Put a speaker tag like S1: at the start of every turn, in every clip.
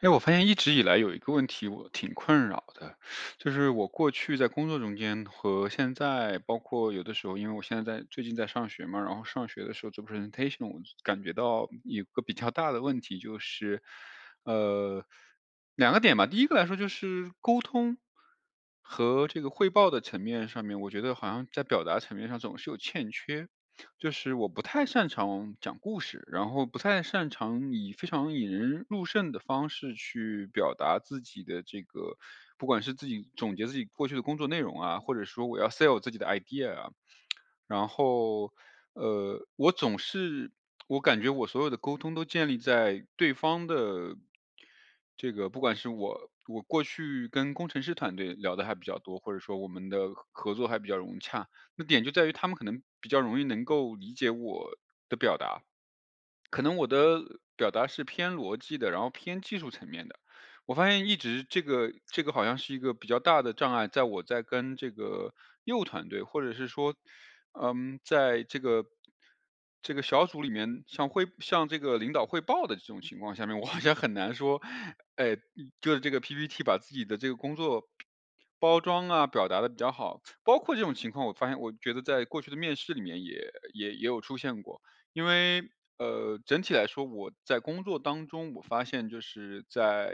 S1: 哎，我发现一直以来有一个问题，我挺困扰的，就是我过去在工作中间和现在，包括有的时候，因为我现在在最近在上学嘛，然后上学的时候做 presentation，我感觉到有个比较大的问题就是，呃，两个点吧。第一个来说就是沟通和这个汇报的层面上面，我觉得好像在表达层面上总是有欠缺。就是我不太擅长讲故事，然后不太擅长以非常引人入胜的方式去表达自己的这个，不管是自己总结自己过去的工作内容啊，或者说我要 sell 自己的 idea 啊，然后，我总是感觉我所有的沟通都建立在对方的这个，不管是我过去跟工程师团队聊的还比较多，或者说我们的合作还比较融洽，那点就在于他们可能比较容易能够理解我的表达，可能我的表达是偏逻辑的，然后偏技术层面的。我发现一直这个好像是一个比较大的障碍，在我在跟这个业务团队，或者是说，在这个小组里面向这个领导汇报的这种情况下面，我好像很难说，哎，就是这个 PPT 把自己的这个工作包装啊表达的比较好，包括这种情况，我发现我觉得在过去的面试里面也有出现过，因为，整体来说，我在工作当中，我发现就是在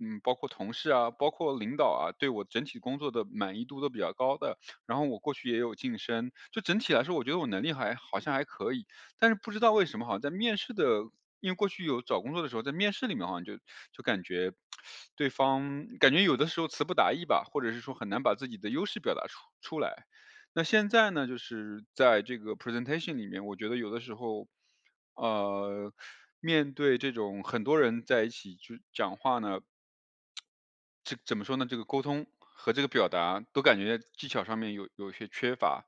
S1: 嗯，包括同事啊，包括领导啊，对我整体工作的满意度都比较高的。然后我过去也有晋升，就整体来说，我觉得我能力还好像还可以。但是不知道为什么，好像在面试的，因为过去有找工作的时候，在面试里面好像就感觉对方感觉有的时候词不达意吧，或者是说很难把自己的优势表达出来。那现在呢，就是在这个 presentation 里面，我觉得有的时候，呃，面对这种很多人在一起去讲话呢，这怎么说呢？这个沟通和这个表达都感觉技巧上面有一些缺乏，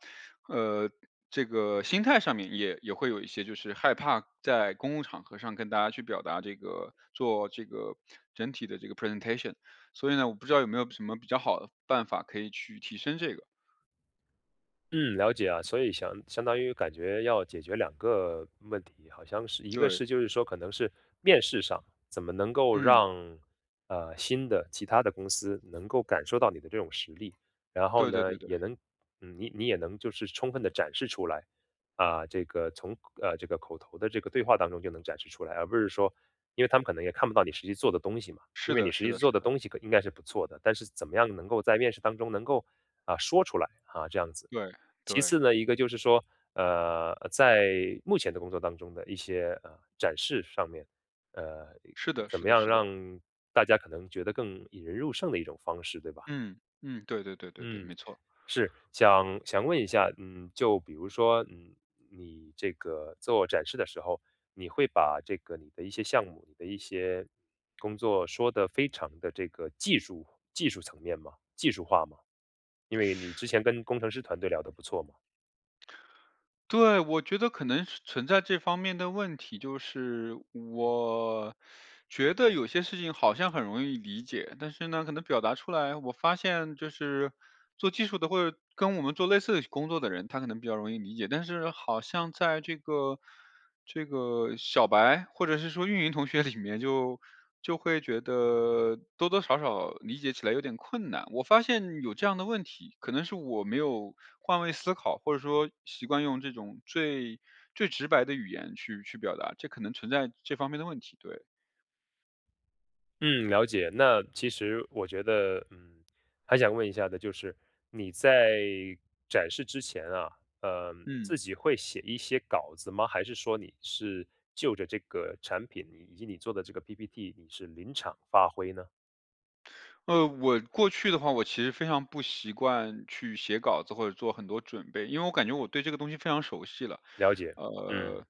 S1: 呃，这个心态上面也会有一些，就是害怕在公共场合上跟大家去表达这个做这个整体的这个 presentation。所以呢，我不知道有没有什么比较好的办法可以去提升这个？
S2: 嗯，了解啊，所以相当于感觉要解决两个问题，好像是一个
S1: 对。
S2: 是就是说可能是面试上怎么能够
S1: 嗯，
S2: 让新的其他的公司能够感受到你的这种实力，然后
S1: 对对
S2: 呢
S1: 对
S2: 也
S1: 对。
S2: 能你也能就是充分的展示出来啊，这个从这个口头的这个对话当中就能展示出来，而不是说因为他们可能也看不到你实际做的东西嘛，因
S1: 是
S2: 为
S1: 的
S2: 你实
S1: 是
S2: 际
S1: 的是
S2: 做的
S1: 的。
S2: 东西可应该是不错的，但是怎么样能够在面试当中能够啊说出来啊这样子。
S1: 对
S2: 其
S1: 对。
S2: 次呢，一个就是说，在目前的工作当中的一些，展示上面，呃，
S1: 是的
S2: 怎
S1: 是
S2: 么
S1: 的
S2: 样
S1: 是的。
S2: 让大家可能觉得更引人入胜的一种方式，对吧？
S1: 嗯嗯，对对对对对，
S2: 嗯，
S1: 没错。
S2: 是，想问一下，嗯，就比如说，嗯，你这个做展示的时候，你会把这个你的一些项目、你的一些工作说的非常的这个技术层面吗？技术化吗？因为你之前跟工程师团队聊得不错嘛。
S1: 对，我觉得可能是存在这方面的问题，就是我觉得有些事情好像很容易理解，但是呢，可能表达出来，我发现就是做技术的或者跟我们做类似工作的人，他可能比较容易理解，但是好像在这个小白或者是说运营同学里面就会觉得多多少少理解起来有点困难。我发现有这样的问题，可能是我没有换位思考，或者说习惯用这种最直白的语言去表达，这可能存在这方面的问题。对。
S2: 嗯，了解。那其实我觉得，嗯，还想问一下的，就是你在展示之前啊，呃，
S1: 嗯。
S2: 自己会写一些稿子吗？还是说你是就着这个产品，以及你做的这个 PPT，你是临场发挥呢？
S1: 我过去的话，我其实非常不习惯去写稿子或者做很多准备，因为我感觉我对这个东西非常熟悉了。
S2: 了解，嗯。
S1: 呃，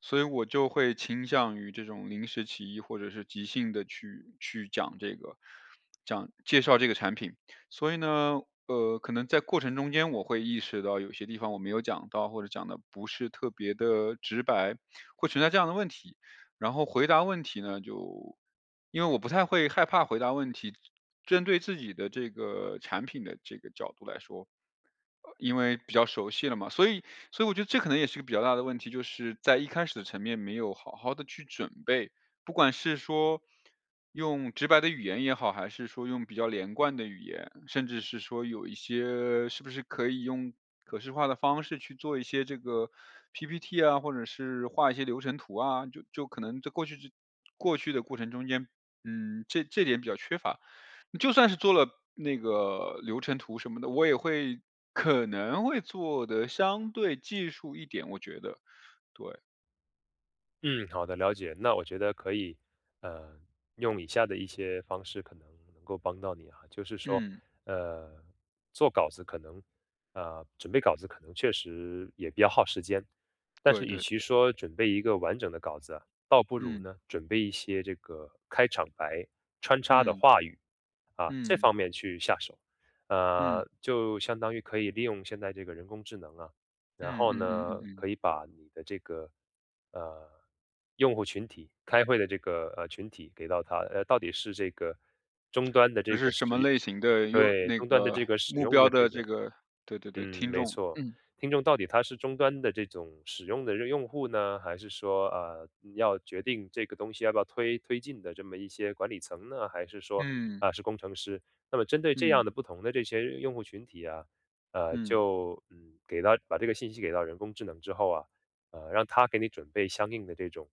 S1: 所以我就会倾向于这种临时起意或者是即兴的去讲介绍这个产品。所以呢，可能在过程中间我会意识到有些地方我没有讲到，或者讲的不是特别的直白，会存在这样的问题。然后回答问题呢，就因为我不太会害怕回答问题，针对自己的这个产品的这个角度来说，因为比较熟悉了嘛，所以我觉得这可能也是个比较大的问题，就是在一开始的层面没有好好的去准备。不管是说用直白的语言也好，还是说用比较连贯的语言，甚至是说有一些是不是可以用可视化的方式去做一些这个 PPT 啊，或者是画一些流程图啊，就可能在过去的过程中间，这点比较缺乏。就算是做了那个流程图什么的，我也会可能会做得相对技术一点，我觉得。对。
S2: 嗯，好的，了解。那我觉得可以，呃，用以下的一些方式可能能够帮到你啊，就是说，
S1: 嗯。
S2: 呃，做稿子可能，准备稿子可能确实也比较耗时间，但
S1: 对
S2: 是与
S1: 对
S2: 其
S1: 对。
S2: 说准备一个完整的稿子啊倒不如
S1: 嗯。
S2: 呢准备一些这个开场白、穿插的
S1: 嗯。
S2: 话语啊，这
S1: 嗯。
S2: 方面去下手，
S1: 嗯。
S2: 就相当于可以利用现在这个人工智能啊。然
S1: 嗯
S2: 后
S1: 嗯嗯嗯
S2: 呢，
S1: 嗯。
S2: 可以把你的这个呃用户群体开会的这个群体给到他，呃，到底是这个终端的
S1: 就
S2: 这
S1: 是
S2: 个使
S1: 什么类型的，用
S2: 对
S1: 那
S2: 终端的
S1: 个
S2: 这个使
S1: 目
S2: 用
S1: 标
S2: 的这
S1: 的这
S2: 个
S1: 个对对对，
S2: 嗯，
S1: 听
S2: 没
S1: 众。
S2: 错，
S1: 嗯。
S2: 听众到底他是终端的这种使用的用户呢，还是说要决定这个东西要不要推进的这么一些管理层呢，还是说
S1: 嗯。
S2: 啊、是工程师？那么针对这
S1: 嗯。
S2: 样的不同的这些用户群体啊，
S1: 嗯。
S2: 给到把这个信息给到人工智能之后啊，让他给你准备相应的这种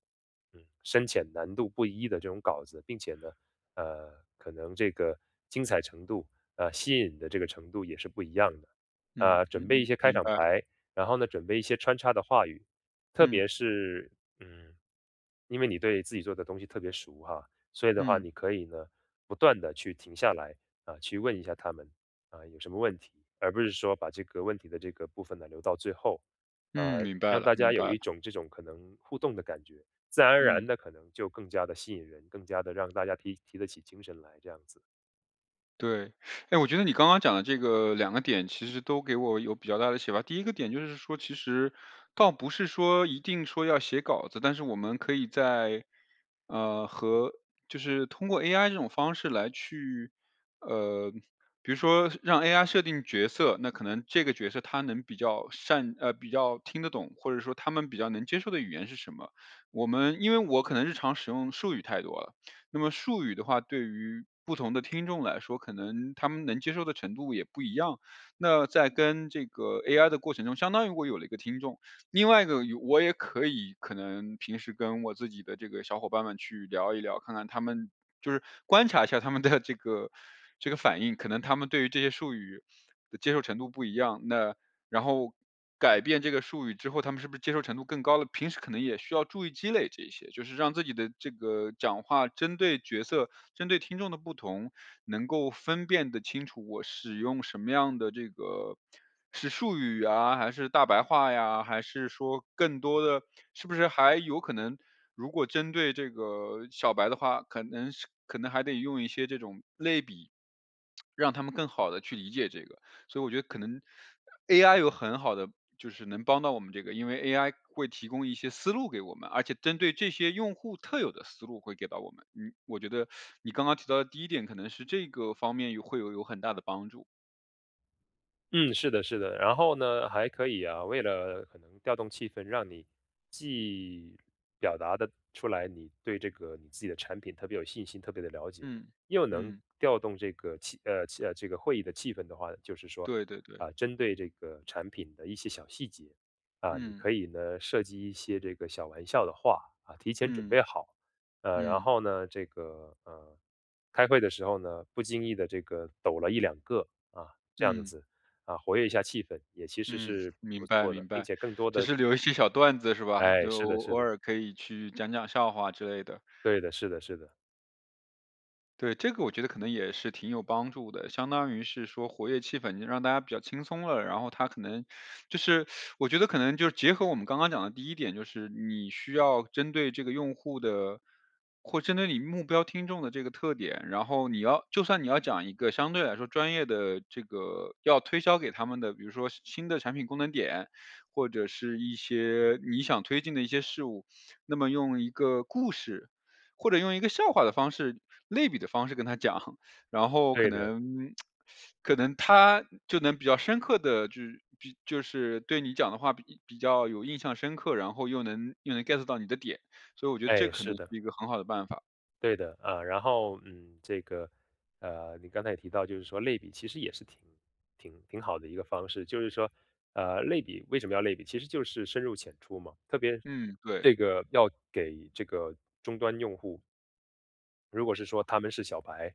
S2: 嗯深浅难度不一的这种稿子，并且呢，呃，可能这个精彩程度吸引的这个程度也是不一样的。
S1: 嗯。嗯
S2: 准
S1: 嗯，
S2: 备一
S1: 嗯
S2: 些开
S1: 明
S2: 场
S1: 白。
S2: 白，然后呢，准备一些穿插的话语，特
S1: 嗯。
S2: 别是嗯，因为你对自己做的东西特别熟哈，所以的话，
S1: 嗯。
S2: 你可以呢，不断的去停下来啊，去问一下他们啊，有什么问题，而不是说把这个问题的这个部分呢留到最后，
S1: 嗯。明白
S2: 让
S1: 了，
S2: 大
S1: 明
S2: 家
S1: 白
S2: 有
S1: 了。
S2: 一种这种可能互动的感觉，自然而然
S1: 嗯。
S2: 的可能就更加的吸引人，更加的让大家提得起精神来这样子。
S1: 对。哎，我觉得你刚刚讲的这个两个点，其实都给我有比较大的启发。第一个点就是说，其实倒不是说一定说要写稿子，但是我们可以在，和就是通过 AI 这种方式来去，呃，比如说让 AI 设定角色，那可能这个角色他能比较善呃，比较听得懂，或者说他们比较能接受的语言是什么。我们因为我可能日常使用术语太多了，那么术语的话，对于不同的听众来说，可能他们能接受的程度也不一样。那在跟这个 AI 的过程中，相当于我有了一个听众，另外一个有我也可以可能平时跟我自己的这个小伙伴们去聊一聊，看看他们就是观察一下他们的这个反应，可能他们对于这些术语的接受程度不一样，那然后改变这个术语之后，他们是不是接受程度更高了？平时可能也需要注意积累这些，就是让自己的这个讲话针对角色、针对听众的不同，能够分辨得清楚我使用什么样的这个是术语啊，还是大白话呀，还是说更多的是不是还有可能，如果针对这个小白的话，可能还得用一些这种类比，让他们更好的去理解这个。所以我觉得可能 AI 有很好的就是能帮到我们这个，因为 AI 会提供一些思路给我们，而且针对这些用户特有的思路会给到我们。嗯，我觉得你刚刚提到的第一点可能是这个方面会有很大的帮助。
S2: 嗯，是的，是的。然后呢，还可以啊，为了可能调动气氛，让你既表达的出来你对这个你自己的产品特别有信心、特别的了解，
S1: 嗯
S2: 又能
S1: 嗯，
S2: 调动这个气呃气呃这个会议的气氛的话，就是说
S1: 对对对。
S2: 啊、针对这个产品的一些小细节啊、你
S1: 嗯
S2: 可以呢设计一些这个小玩笑的话啊，提前准
S1: 嗯
S2: 备好，然
S1: 嗯
S2: 后呢，这个开会的时候呢，不经意的这个抖了一两个啊，这样
S1: 嗯
S2: 子。啊，活跃一下气氛，也其实
S1: 嗯，
S2: 是
S1: 明
S2: 不
S1: 白
S2: 错的，
S1: 明
S2: 并
S1: 白。
S2: 且更多
S1: 就
S2: 的
S1: 是留一些小段子是吧？
S2: 哎，
S1: 就
S2: 是的
S1: 偶
S2: 是
S1: 偶
S2: 的，
S1: 尔可以去讲讲笑话之类的。
S2: 对的是的是的，
S1: 对，这个我觉得可能也是挺有帮助的，相当于是说活跃气氛，让大家比较轻松了。然后他可能就是，我觉得可能就是结合我们刚刚讲的第一点，就是你需要针对这个用户的，或针对你目标听众的这个特点，然后你要就算你要讲一个相对来说专业的这个要推销给他们的，比如说新的产品功能点，或者是一些你想推进的一些事物，那么用一个故事。或者用一个笑话的方式、类比的方式跟他讲，然后可
S2: 对的，
S1: 能可能他就能比较深刻的，就是比就是对你讲的话比较有印象深刻，然后又能 get 到你的点，所以我觉得这
S2: 哎，
S1: 可
S2: 是
S1: 能是
S2: 的，
S1: 一个很好的办法。
S2: 对的，啊，然后，嗯，这个，你刚才也提到，就是说类比其实也是挺好的一个方式，就是说，类比为什么要类比？其实就是深入浅出嘛，特别
S1: 嗯。对。
S2: 这个要给这个终端用户如果是说他们是小白，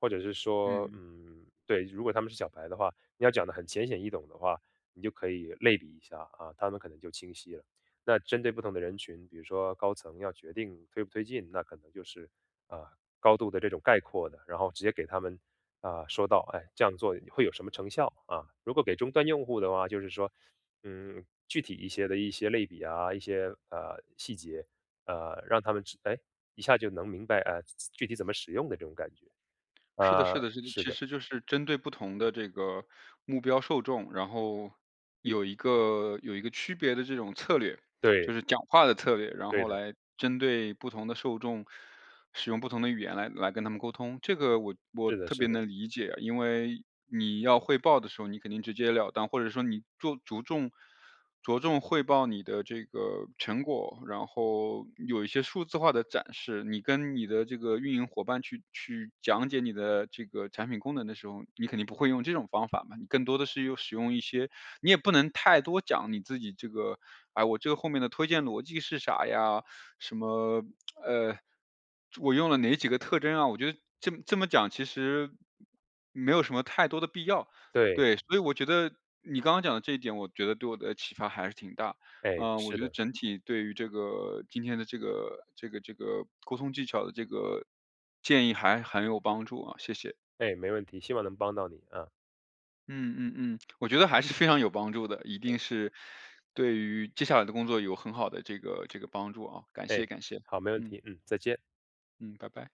S2: 或者是说，
S1: 嗯。
S2: 嗯，对，如果他们是小白的话，你要讲的很浅显易懂的话，你就可以类比一下啊，他们可能就清晰了。那针对不同的人群，比如说高层要决定推不推进，那可能就是啊、高度的这种概括的，然后直接给他们啊、说到，哎，这样做会有什么成效啊？如果给终端用户的话，就是说，嗯，具体一些的一些类比啊，一些细节，让他们知，哎，一下就能明白，具体怎么使用的这种感觉。
S1: 是的，是
S2: 啊，
S1: 的，是的，
S2: 是
S1: 其
S2: 的，
S1: 实就是针对不同的这个目标受众，然后有一个区别的这种策略，就
S2: 对，
S1: 是讲话的策略，然
S2: 对
S1: 后
S2: 的，
S1: 来针对不同的受众，使用不同的语言来跟他们沟通。这个我
S2: 是的，
S1: 特
S2: 是
S1: 别
S2: 的，
S1: 能理解啊，因为你要汇报的时候，你肯定直截了当，或者说你做着重。着重汇报你的这个成果，然后有一些数字化的展示。你跟你的这个运营伙伴去讲解你的这个产品功能的时候，你肯定不会用这种方法嘛，你更多的是又使用一些，你也不能太多讲你自己这个，哎，我这个后面的推荐逻辑是啥呀？什么呃，我用了哪几个特征啊？我觉得这么讲其实没有什么太多的必要。
S2: 对，
S1: 对，所以我觉得你刚刚讲的这一点，我觉得对我的启发还是挺大。
S2: 哎，
S1: 我
S2: 是
S1: 觉得
S2: 的，
S1: 整体对于这个今天的这个沟通技巧的这个建议还很有帮助啊，谢谢。
S2: 哎，没问题，希望能帮到你啊，
S1: 嗯嗯嗯，我觉得还是非常有帮助的，一定是对于接下来的工作有很好的这个帮助啊，感
S2: 哎，
S1: 谢感谢。
S2: 好，没问
S1: 嗯
S2: 题，嗯，再见。
S1: 嗯，拜拜。